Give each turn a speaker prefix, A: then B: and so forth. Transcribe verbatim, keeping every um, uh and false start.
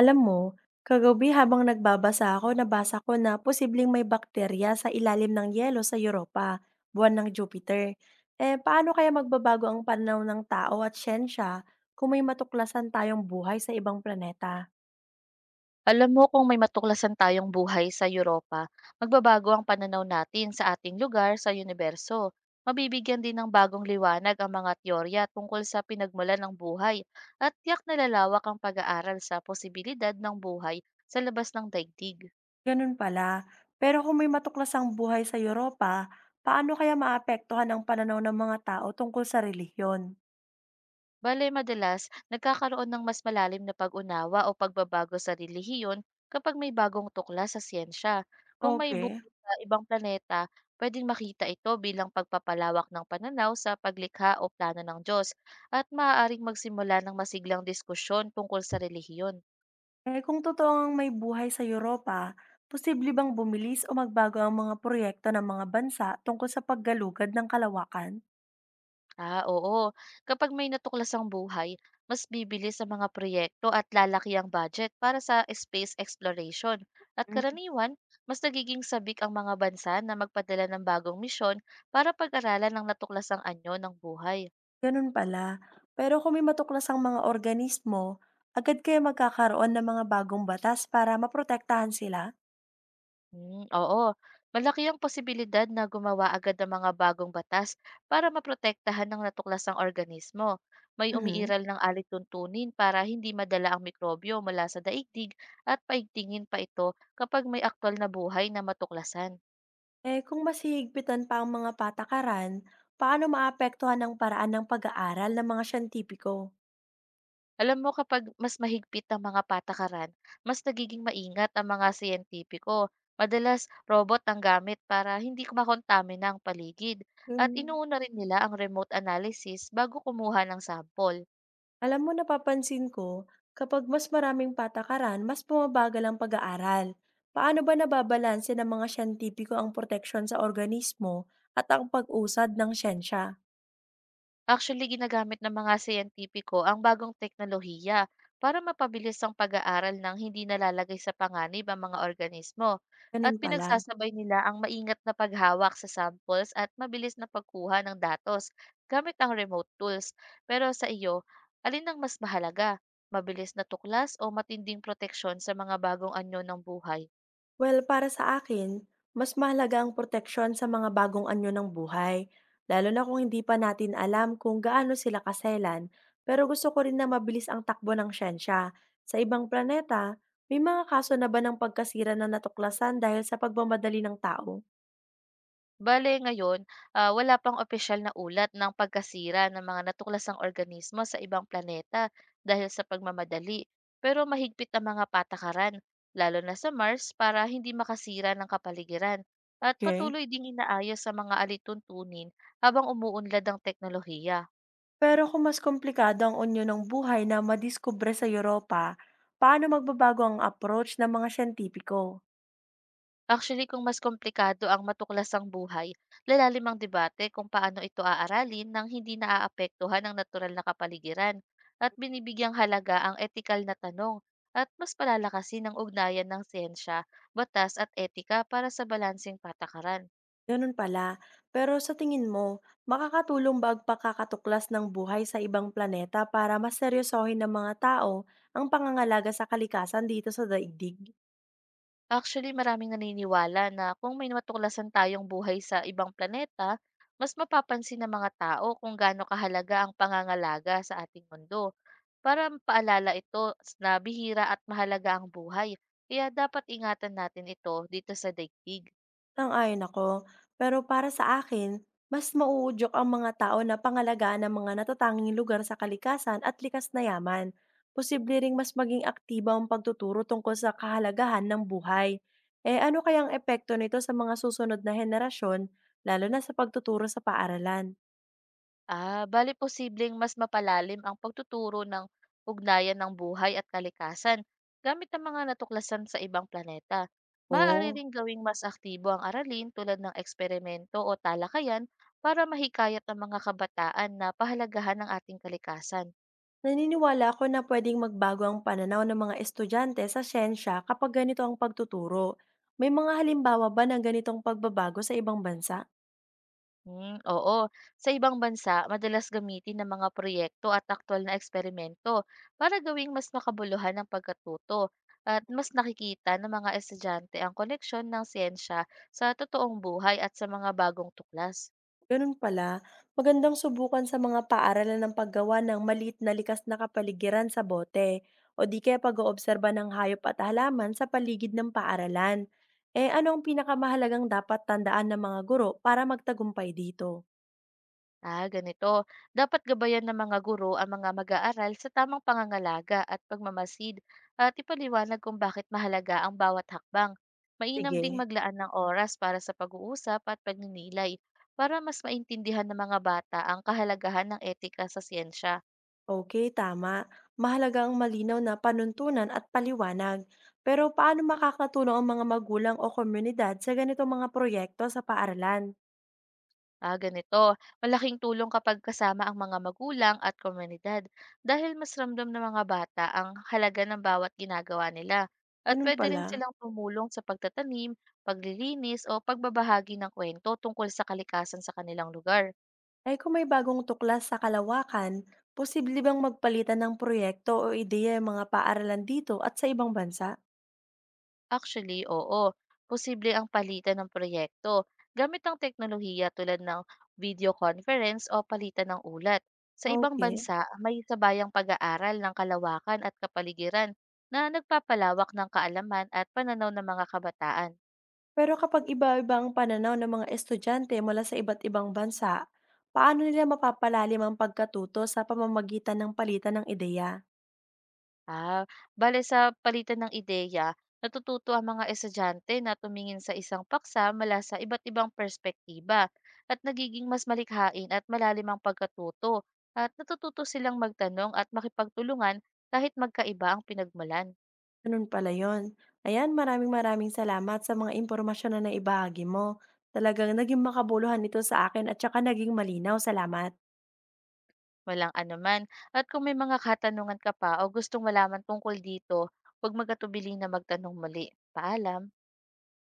A: Alam mo, kagabi habang nagbabasa ako, nabasa ko na posibleng may bakterya sa ilalim ng yelo sa Europa, buwan ng Jupiter. Eh, paano kaya magbabago ang pananaw ng tao at siyensya kung may matuklasan tayong buhay sa ibang planeta?
B: Alam mo kung may matuklasan tayong buhay sa Europa, magbabago ang pananaw natin sa ating lugar sa universo. Mabibigyan din ng bagong liwanag ang mga teorya tungkol sa pinagmulan ng buhay at tiyak na lalawak ang pag-aaral sa posibilidad ng buhay sa labas ng daigdig.
A: Ganun pala. Pero kung may matuklasang buhay sa Europa, paano kaya maapektuhan ang pananaw ng mga tao tungkol sa relihiyon?
B: Bale madalas, nagkakaroon ng mas malalim na pag-unawa o pagbabago sa relihiyon kapag may bagong tukla sa siyensya. Kung may
A: Okay.
B: buhay sa ibang planeta, pwedeng makita ito bilang pagpapalawak ng pananaw sa paglikha o plano ng Diyos at maaaring magsimula ng masiglang diskusyon tungkol sa relihiyon.
A: Eh kung totoong may buhay sa Europa, posible bang bumilis o magbago ang mga proyekto ng mga bansa tungkol sa paggalugad ng kalawakan?
B: Ah, oo. Kapag may natuklasang buhay, mas bibili sa mga proyekto at lalaki ang budget para sa space exploration. At
A: Mm.
B: karaniwan, mas nagiging sabik ang mga bansa na magpadala ng bagong misyon para pag-aralan ang natuklasang anyo ng buhay.
A: Ganun pala. Pero kung may matuklas ang mga organismo, agad kaya magkakaroon ng mga bagong batas para maprotektahan sila?
B: Hmm, oo. Malaki ang posibilidad na gumawa agad ng mga bagong batas para maprotektahan ng natuklasang organismo. May
A: Mhm.
B: umiiral ng alituntunin para hindi madala ang mikrobyo mula sa daigdig at paigtingin pa ito kapag may aktwal na buhay na matuklasan.
A: Eh kung masihigpitan hihigpitan pa ang mga patakaran, paano maapektuhan ang paraan ng pag-aaral ng mga siyentipiko?
B: Alam mo kapag mas mahigpit ang mga patakaran, mas nagiging maingat ang mga siyentipiko. Madalas, robot ang gamit para hindi makontamina ang paligid at
A: Mm.
B: inuuna rin nila ang remote analysis bago kumuha ng sample.
A: Alam mo, napapansin ko, kapag mas maraming patakaran, mas bumabagal ang pag-aaral. Paano ba nababalanse ng mga siyentipiko ang proteksyon sa organismo at ang pag-usad ng siyensya?
B: Actually, ginagamit ng mga siyentipiko ang bagong teknolohiya para mapabilis ang pag-aaral ng hindi nalalagay sa panganib ang mga organismo at
A: Ganun pala.
B: pinagsasabay nila ang maingat na paghawak sa samples at mabilis na pagkuha ng datos gamit ang remote tools. Pero sa iyo, alin ang mas mahalaga? Mabilis na tuklas o matinding proteksyon sa mga bagong anyo ng buhay?
A: Well, para sa akin, mas mahalaga ang proteksyon sa mga bagong anyo ng buhay, lalo na kung hindi pa natin alam kung gaano sila kaselan, pero gusto ko rin na mabilis ang takbo ng siyensya. Sa ibang planeta, may mga kaso na ba ng pagkasira na natuklasan dahil sa pagmamadali ng tao?
B: Bale ngayon, ah, wala pang opisyal na ulat ng pagkasira ng mga natuklasang organismo sa ibang planeta dahil sa pagmamadali. Pero mahigpit ang mga patakaran, lalo na sa Mars para hindi makasira ng kapaligiran. At
A: Okay.
B: patuloy ding inaayos sa mga alituntunin habang umuunlad ang teknolohiya.
A: Pero kung mas komplikado ang unyo ng buhay na madiskubre sa Europa, paano magbabago ang approach ng mga siyentipiko?
B: Actually, kung mas komplikado ang matuklasang buhay, lalalim ang debate kung paano ito aaralin nang hindi naaapektuhan ang natural na kapaligiran at binibigyang halaga ang etikal na tanong at mas palalakasin ang ugnayan ng siyensya, batas at etika para sa balansing patakaran.
A: Ganun pala. Pero sa tingin mo, makakatulong ba ang pagkakatuklas ng buhay sa ibang planeta para mas seryosohin ng mga tao ang pangangalaga sa kalikasan dito sa daigdig?
B: Actually, maraming naniniwala na kung may matuklasan tayong buhay sa ibang planeta, mas mapapansin ng mga tao kung gaano kahalaga ang pangangalaga sa ating mundo. Para paalala ito s- na bihira at mahalaga ang buhay, kaya dapat ingatan natin ito dito sa daigdig.
A: Sang-ayon ako. Pero para sa akin, mas mauudyok ang mga tao na pangalagaan ng mga natatanging lugar sa kalikasan at likas na yaman. Posible ring mas maging aktibo ang pagtuturo tungkol sa kahalagahan ng buhay. Eh ano kayang epekto nito sa mga susunod na henerasyon, lalo na sa pagtuturo sa paaralan?
B: Ah, bale posibleng mas mapalalim ang pagtuturo ng ugnayan ng buhay at kalikasan gamit ang mga natuklasan sa ibang planeta. Maaari
A: Oo.
B: ring gawing mas aktibo ang aralin tulad ng eksperimento o talakayan para mahikayat ang mga kabataan na pahalagahan ng ating kalikasan.
A: Naniniwala ako na pwedeng magbago ang pananaw ng mga estudyante sa siyensya kapag ganito ang pagtuturo. May mga halimbawa ba ng ganitong pagbabago sa ibang bansa?
B: Hmm, oo. Sa ibang bansa, madalas gamitin ng mga proyekto at aktwal na eksperimento para gawing mas makabuluhan ang pagkatuto at mas nakikita ng mga estudyante ang koneksyon ng siyensya sa totoong buhay at sa mga bagong tuklas.
A: Ganun pala, magandang subukan sa mga paaralan ng paggawa ng maliit na likas na kapaligiran sa bote o di kaya pag-oobserba ng hayop at halaman sa paligid ng paaralan. Eh ano ang pinakamahalagang dapat tandaan ng mga guro para magtagumpay dito?
B: Ah, ganito. Dapat gabayan ng mga guro ang mga mag-aaral sa tamang pangangalaga at pagmamasid at ipaliwanag kung bakit mahalaga ang bawat hakbang. Mainam ding
A: Sige,
B: maglaan ng oras para sa pag-uusap at pagninilay para mas maintindihan ng mga bata ang kahalagahan ng etika sa siyensya.
A: okay, tama. Mahalaga ang malinaw na panuntunan at paliwanag. Pero paano makakatulong ang mga magulang o komunidad sa ganitong mga proyekto sa paaralan?
B: Ah, ganito. Malaking tulong kapag kasama ang mga magulang at komunidad dahil mas ramdam ng mga bata ang halaga ng bawat ginagawa nila. At
A: Ganun
B: pwede rin
A: pala.
B: silang tumulong sa pagtatanim, paglilinis o pagbabahagi ng kwento tungkol sa kalikasan sa kanilang lugar.
A: Ay, kung may bagong tuklas sa kalawakan, posible bang magpalitan ng proyekto o ideya ang mga paaralan dito at sa ibang bansa?
B: Actually, oo. Posible ang palitan ng proyekto gamit ang teknolohiya tulad ng video conference o palitan ng ulat. Sa ibang
A: Okay.
B: bansa, may sabayang pag-aaral ng kalawakan at kapaligiran na nagpapalawak ng kaalaman at pananaw ng mga kabataan.
A: Pero kapag iba-iba ang pananaw ng mga estudyante mula sa iba't ibang bansa, paano nila mapapalalim ang pagkatuto sa pamamagitan ng palitan ng ideya?
B: Ah, bale sa palitan ng ideya, natututo ang mga estudyante na tumingin sa isang paksa mula sa iba't ibang perspektiba at nagiging mas malikhain at malalim ang pagkatuto at natututo silang magtanong at makipagtulungan kahit magkaiba ang pinagmulan.
A: Ganun pala yun. Ayan, maraming maraming salamat sa mga impormasyon na naibahagi mo. Talagang naging makabuluhan ito sa akin at saka naging malinaw, salamat.
B: Walang anuman. At kung may mga katanungan ka pa o gustong malaman tungkol dito, huwag magatubili na magtanong muli. Paalam.